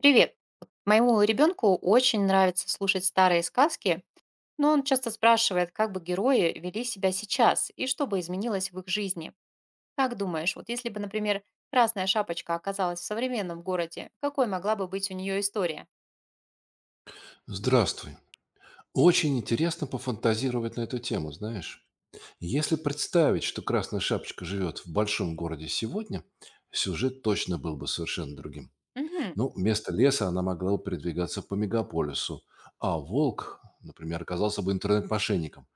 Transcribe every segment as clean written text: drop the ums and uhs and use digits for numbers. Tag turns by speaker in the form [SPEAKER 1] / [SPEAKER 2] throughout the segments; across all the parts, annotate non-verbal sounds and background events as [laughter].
[SPEAKER 1] Привет. Вот Моему ребенку очень нравится слушать старые сказки, но он часто спрашивает, как бы герои вели себя сейчас и что бы изменилось в их жизни. Как думаешь, вот если бы, например, Красная Шапочка оказалась в современном городе, какой могла бы быть у нее история?
[SPEAKER 2] Здравствуй. Очень интересно пофантазировать на эту тему, знаешь. Если представить, что Красная Шапочка живет в большом городе сегодня, сюжет точно был бы совершенно другим.
[SPEAKER 1] Угу,
[SPEAKER 2] Ну, вместо леса она могла бы передвигаться по мегаполису, а волк, например, оказался бы интернет-мошенником,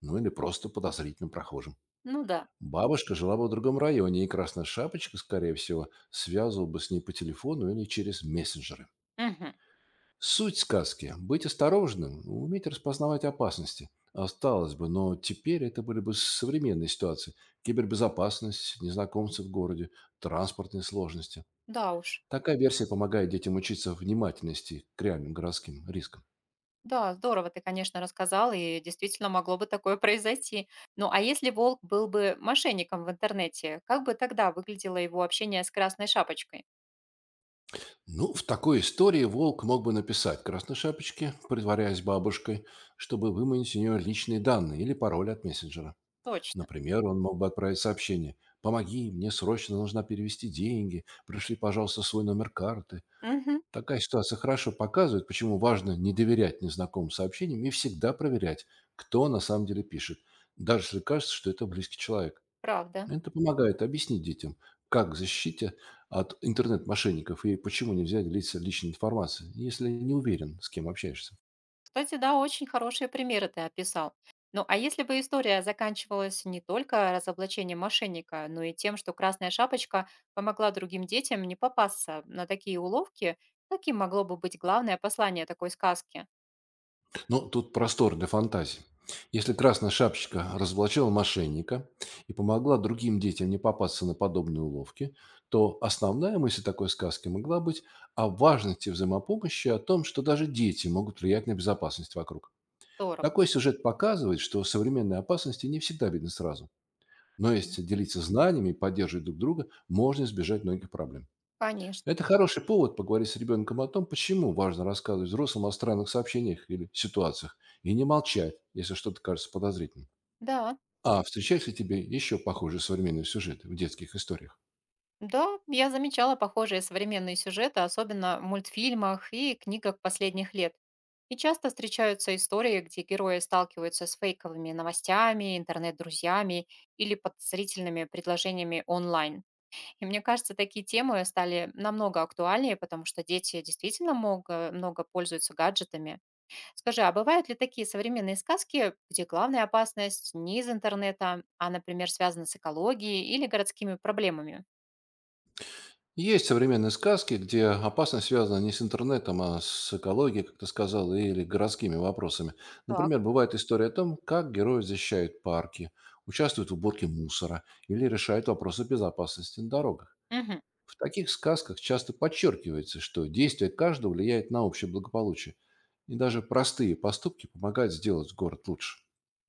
[SPEAKER 2] ну или просто подозрительным прохожим.
[SPEAKER 1] ну да.
[SPEAKER 2] Бабушка жила бы в другом районе, и Красная Шапочка, скорее всего, связывала бы с ней по телефону или через мессенджеры.
[SPEAKER 1] Угу,
[SPEAKER 2] Суть сказки– быть осторожным, уметь распознавать опасности. Осталось бы, но теперь это были бы современные ситуации. Кибербезопасность, незнакомцы в городе, транспортные сложности.
[SPEAKER 1] да уж.
[SPEAKER 2] Такая версия помогает детям учиться внимательности к реальным городским рискам.
[SPEAKER 1] Да, здорово ты, конечно, рассказал, и действительно могло бы такое [laughs] произойти. Ну а если волк был бы мошенником в интернете, как бы тогда выглядело его общение с Красной Шапочкой?
[SPEAKER 2] Ну, в такой истории волк мог бы написать красной шапочке, притворяясь бабушкой, чтобы выманить у нее личные данные или пароль от мессенджера.
[SPEAKER 1] Точно.
[SPEAKER 2] Например, он мог бы отправить сообщение «Помоги, мне срочно нужно перевести деньги, пришли, пожалуйста, свой номер карты».
[SPEAKER 1] Угу.
[SPEAKER 2] Такая ситуация хорошо показывает, почему важно не доверять незнакомым сообщениям и всегда проверять, кто на самом деле пишет, даже если кажется, что это близкий человек.
[SPEAKER 1] Правда.
[SPEAKER 2] Это помогает объяснить детям, как защитить от интернет-мошенников и почему нельзя делиться личной информацией, если не уверен, с кем общаешься.
[SPEAKER 1] Кстати, да, очень хорошие примеры ты описал. Ну, а если бы история заканчивалась не только разоблачением мошенника, но и тем, что Красная Шапочка помогла другим детям не попасться на такие уловки, каким могло бы быть главное послание такой сказки?
[SPEAKER 2] Ну, тут простор для фантазии. Если красная шапочка разоблачила мошенника и помогла другим детям не попасться на подобные уловки, то основная мысль такой сказки могла быть о важности взаимопомощи, и о том, что даже дети могут влиять на безопасность вокруг.
[SPEAKER 1] Здорово.
[SPEAKER 2] Такой сюжет показывает, что современные опасности не всегда видны сразу. Но если делиться знаниями и поддерживать друг друга, можно избежать многих проблем.
[SPEAKER 1] Конечно.
[SPEAKER 2] Это хороший повод поговорить с ребенком о том, почему важно рассказывать взрослым о странных сообщениях или ситуациях, и не молчать, если что-то кажется подозрительным.
[SPEAKER 1] Да,
[SPEAKER 2] А встречались ли тебе еще похожие современные сюжеты в детских историях?
[SPEAKER 1] да, я замечала похожие современные сюжеты, особенно в мультфильмах и книгах последних лет. И часто встречаются истории, где герои сталкиваются с фейковыми новостями, интернет-друзьями или подозрительными предложениями онлайн. И мне кажется, такие темы стали намного актуальнее, потому что дети действительно много, много пользуются гаджетами. Скажи, а бывают ли такие современные сказки, где главная опасность не из интернета, а, например, связана с экологией или городскими проблемами?
[SPEAKER 2] Есть современные сказки, где опасность связана не с интернетом, а с экологией, как ты сказал, или городскими вопросами.
[SPEAKER 1] Так.
[SPEAKER 2] Например, бывает история о том, как герои защищают парки, участвуют в уборке мусора или решают вопросы безопасности на дорогах.
[SPEAKER 1] Мгм.
[SPEAKER 2] В таких сказках часто подчеркивается, что действие каждого влияет на общее благополучие, и даже простые поступки помогают сделать город лучше.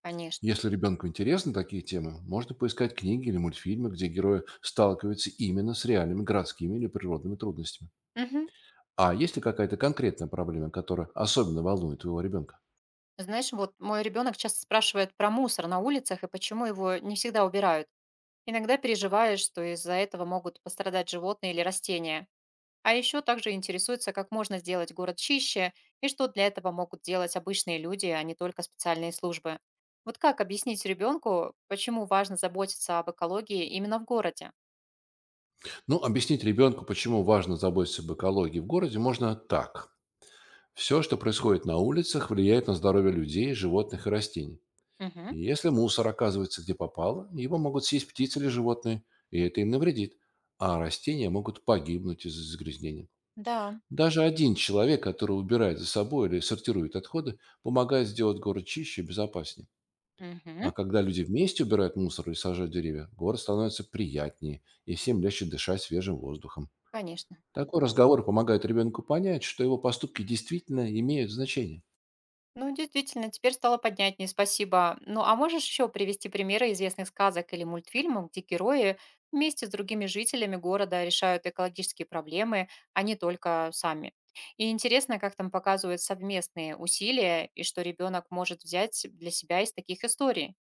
[SPEAKER 1] Конечно.
[SPEAKER 2] Если ребенку интересны такие темы, можно поискать книги или мультфильмы, где герои сталкиваются именно с реальными городскими или природными трудностями.
[SPEAKER 1] Мгм.
[SPEAKER 2] А есть ли какая-то конкретная проблема, которая особенно волнует твоего ребенка?
[SPEAKER 1] Знаешь, вот мой ребенок часто спрашивает про мусор на улицах и почему его не всегда убирают. Иногда переживаешь, что из-за этого могут пострадать животные или растения. А еще также интересуется, как можно сделать город чище и что для этого могут делать обычные люди, а не только специальные службы. Вот как объяснить ребенку, почему важно заботиться об экологии именно в городе?
[SPEAKER 2] Ну, объяснить ребенку, почему важно заботиться об экологии в городе, можно так. Все, что происходит на улицах, влияет на здоровье людей, животных и растений.
[SPEAKER 1] Мгм.
[SPEAKER 2] И если мусор оказывается где попало, его могут съесть птицы или животные, и это им навредит. А растения могут погибнуть из-за загрязнения.
[SPEAKER 1] Да.
[SPEAKER 2] Даже один человек, который убирает за собой или сортирует отходы, помогает сделать город чище и безопаснее.
[SPEAKER 1] Мгм.
[SPEAKER 2] А когда люди вместе убирают мусор и сажают деревья, город становится приятнее, и всем легче дышать свежим воздухом.
[SPEAKER 1] Конечно.
[SPEAKER 2] Такой разговор помогает ребенку понять, что его поступки действительно имеют значение.
[SPEAKER 1] Ну, действительно, теперь стало понятнее, спасибо. Ну, а можешь еще привести примеры известных сказок или мультфильмов, где герои вместе с другими жителями города решают экологические проблемы, а не только сами? И интересно, как там показывают совместные усилия и что ребенок может взять для себя из таких историй.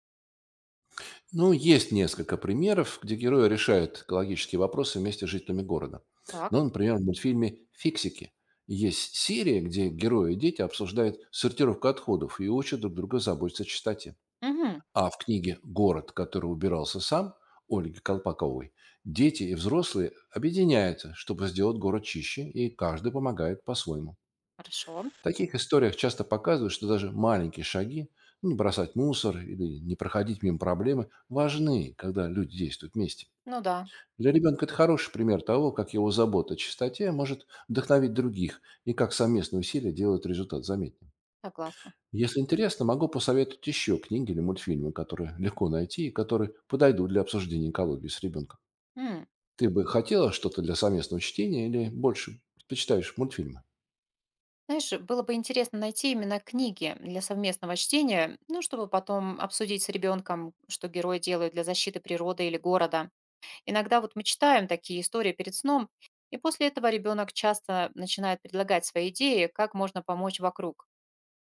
[SPEAKER 2] Ну, есть несколько примеров, где герои решают экологические вопросы вместе с жителями города.
[SPEAKER 1] Так,
[SPEAKER 2] Ну, например, в мультфильме «Фиксики» есть серия, где герои и дети обсуждают сортировку отходов и учат друг друга заботиться о чистоте.
[SPEAKER 1] угу,
[SPEAKER 2] А в книге «Город, который убирался сам» Ольги Колпаковой дети и взрослые объединяются, чтобы сделать город чище, и каждый помогает по-своему.
[SPEAKER 1] хорошо.
[SPEAKER 2] В таких историях часто показывают, что даже маленькие шаги– ну, не бросать мусор или не проходить мимо проблемы– важны, когда люди действуют вместе.
[SPEAKER 1] Ну да,
[SPEAKER 2] Для ребенка это хороший пример того, как его забота о чистоте может вдохновить других и как совместные усилия делают результат заметным.
[SPEAKER 1] согласна.
[SPEAKER 2] Если интересно, могу посоветовать еще книги или мультфильмы, которые легко найти и которые подойдут для обсуждения экологии с ребенком.
[SPEAKER 1] М.
[SPEAKER 2] Ты бы хотела что-то для совместного чтения или больше предпочитаешь мультфильмы?
[SPEAKER 1] Знаешь, было бы интересно найти именно книги для совместного чтения, ну, чтобы потом обсудить с ребенком, что герои делают для защиты природы или города. Иногда вот мы читаем такие истории перед сном, и после этого ребенок часто начинает предлагать свои идеи, как можно помочь вокруг.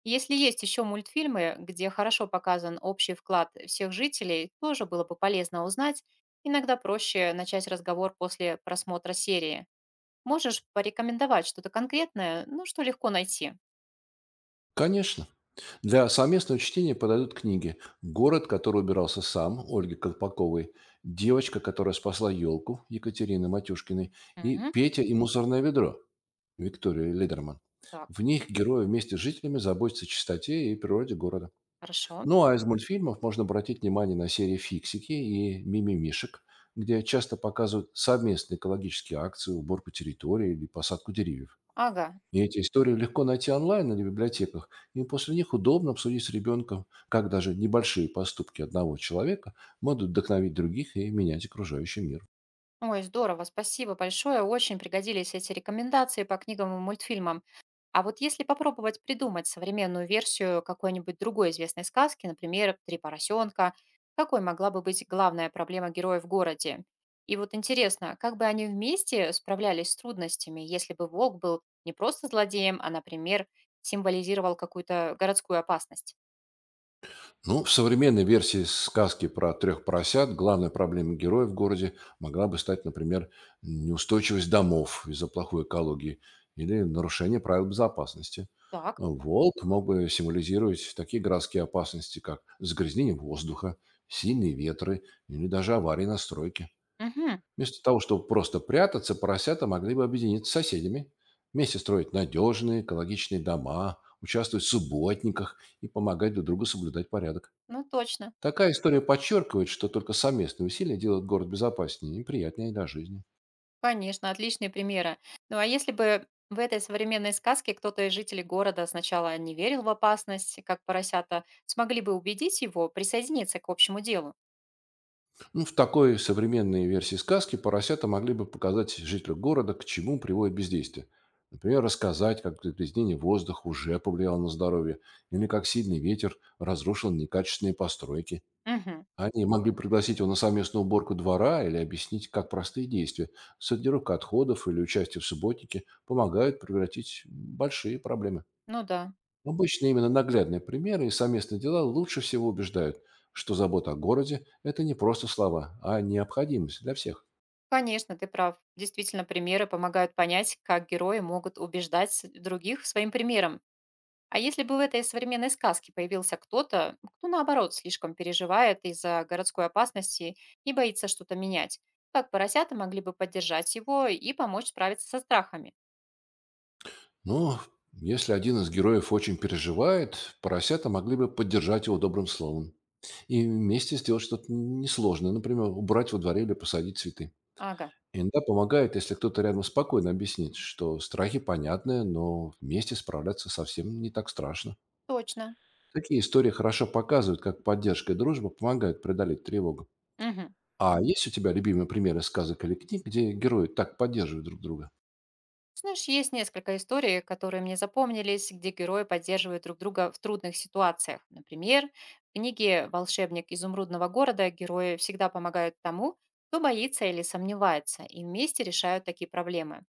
[SPEAKER 1] Если есть еще мультфильмы, где хорошо показан общий вклад всех жителей, тоже было бы полезно узнать. Иногда проще начать разговор после просмотра серии. Можешь порекомендовать что-то конкретное, ну, что легко найти?
[SPEAKER 2] Конечно. Для совместного чтения подойдут книги «Город, который убирался сам» Ольги Колпаковой, «Девочка, которая спасла елку» Екатерины Матюшкиной и
[SPEAKER 1] Мгм.
[SPEAKER 2] «Петя и мусорное ведро» Виктории Лидерман.
[SPEAKER 1] Так,
[SPEAKER 2] В них герои вместе с жителями заботятся о чистоте и природе города.
[SPEAKER 1] хорошо.
[SPEAKER 2] Ну а из мультфильмов можно обратить внимание на серии «Фиксики» и «Мимимишек», где часто показывают совместные экологические акции, уборку территории или посадку деревьев.
[SPEAKER 1] Ага.
[SPEAKER 2] И эти истории легко найти онлайн или в библиотеках, и после них удобно обсудить с ребенком, как даже небольшие поступки одного человека могут вдохновить других и менять окружающий мир.
[SPEAKER 1] Ой, здорово, спасибо большое. Очень пригодились эти рекомендации по книгам и мультфильмам. А вот если попробовать придумать современную версию какой-нибудь другой известной сказки, например, «Три поросенка», какой могла бы быть главная проблема героя в городе? И вот интересно, как бы они вместе справлялись с трудностями, если бы волк был не просто злодеем, а, например, символизировал какую-то городскую опасность?
[SPEAKER 2] Ну, в современной версии сказки про трех поросят главной проблемой героя в городе могла бы стать, например, неустойчивость домов из-за плохой экологии или нарушение правил безопасности.
[SPEAKER 1] Так,
[SPEAKER 2] Волк мог бы символизировать такие городские опасности, как загрязнение воздуха, сильные ветры или даже аварии на стройке.
[SPEAKER 1] мгм,
[SPEAKER 2] Вместо того, чтобы просто прятаться, поросята могли бы объединиться с соседями, вместе строить надежные экологичные дома, участвовать в субботниках и помогать друг другу соблюдать порядок.
[SPEAKER 1] ну точно.
[SPEAKER 2] Такая история подчеркивает, что только совместные усилия делают город безопаснее и приятнее для жизни.
[SPEAKER 1] Конечно, отличные примеры. Ну а если бы в этой современной сказке кто-то из жителей города сначала не верил в опасность, как поросята, смогли бы убедить его присоединиться к общему делу?
[SPEAKER 2] Ну, в такой современной версии сказки поросята могли бы показать жителю города, к чему приводит бездействие. Например, рассказать, как загрязнение воздуха уже повлияло на здоровье, или как сильный ветер разрушил некачественные постройки.
[SPEAKER 1] Мгм.
[SPEAKER 2] Они могли пригласить его на совместную уборку двора или объяснить, как простые действия– сортировка отходов или участие в субботнике– помогают превратить большие проблемы.
[SPEAKER 1] Ну да.
[SPEAKER 2] Обычно именно наглядные примеры и совместные дела лучше всего убеждают, что забота о городе– это не просто слова, а необходимость для всех.
[SPEAKER 1] Конечно, ты прав. Действительно, примеры помогают понять, как герои могут убеждать других своим примером. А если бы в этой современной сказке появился кто-то, кто наоборот слишком переживает из-за городской опасности и боится что-то менять, как поросята могли бы поддержать его и помочь справиться со страхами?
[SPEAKER 2] Но если один из героев очень переживает, поросята могли бы поддержать его добрым словом и вместе сделать что-то несложное, например, убрать во дворе или посадить цветы.
[SPEAKER 1] Ага,
[SPEAKER 2] Иногда помогает, если кто-то рядом спокойно объяснит, что страхи понятны, но вместе справляться совсем не так страшно.
[SPEAKER 1] точно.
[SPEAKER 2] Такие истории хорошо показывают, как поддержка и дружба помогают преодолеть тревогу.
[SPEAKER 1] Мгм.
[SPEAKER 2] А есть у тебя любимые примеры сказок или книг, где герои так поддерживают друг друга?
[SPEAKER 1] Знаешь, есть несколько историй, которые мне запомнились, где герои поддерживают друг друга в трудных ситуациях. Например, в книге «Волшебник изумрудного города» герои всегда помогают тому, кто боится или сомневается, и вместе решают такие проблемы.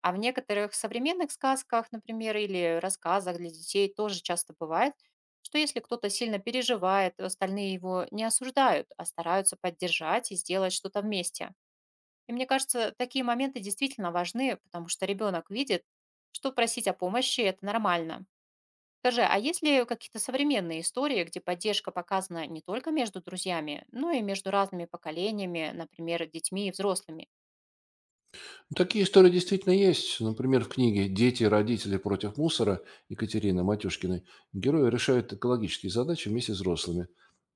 [SPEAKER 1] А в некоторых современных сказках, например, или рассказах для детей тоже часто бывает, что если кто-то сильно переживает, остальные его не осуждают, а стараются поддержать и сделать что-то вместе. И мне кажется, такие моменты действительно важны, потому что ребенок видит, что просить о помощи– это нормально. Скажи, а есть ли какие-то современные истории, где поддержка показана не только между друзьями, но и между разными поколениями, например, детьми и взрослыми?
[SPEAKER 2] Ну, такие истории действительно есть. Например, в книге «Дети и родители против мусора» Екатерины Матюшкиной герои решают экологические задачи вместе с взрослыми,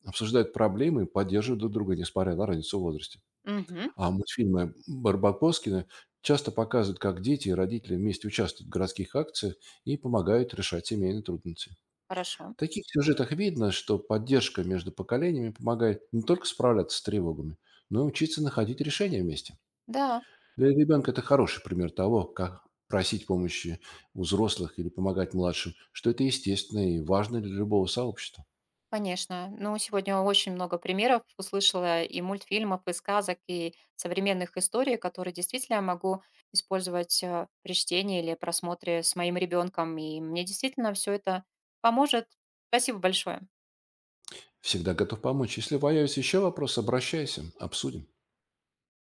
[SPEAKER 2] обсуждают проблемы и поддерживают друг друга, несмотря на разницу в возрасте.
[SPEAKER 1] Угу,
[SPEAKER 2] А мультфильмы Барбакоскина часто показывают, как дети и родители вместе участвуют в городских акциях и помогают решать семейные трудности.
[SPEAKER 1] хорошо.
[SPEAKER 2] В таких сюжетах видно, что поддержка между поколениями помогает не только справляться с тревогами, но и учиться находить решения вместе.
[SPEAKER 1] Да,
[SPEAKER 2] Для ребенка это хороший пример того, как просить помощи у взрослых или помогать младшим, что это естественно и важно для любого сообщества.
[SPEAKER 1] конечно. Ну, сегодня очень много примеров услышала и мультфильмов, и сказок, и современных историй, которые действительно я могу использовать при чтении или просмотре с моим ребенком. И мне действительно все это поможет. Спасибо большое.
[SPEAKER 2] Всегда готов помочь. Если появятся еще вопросы, обращайся, обсудим.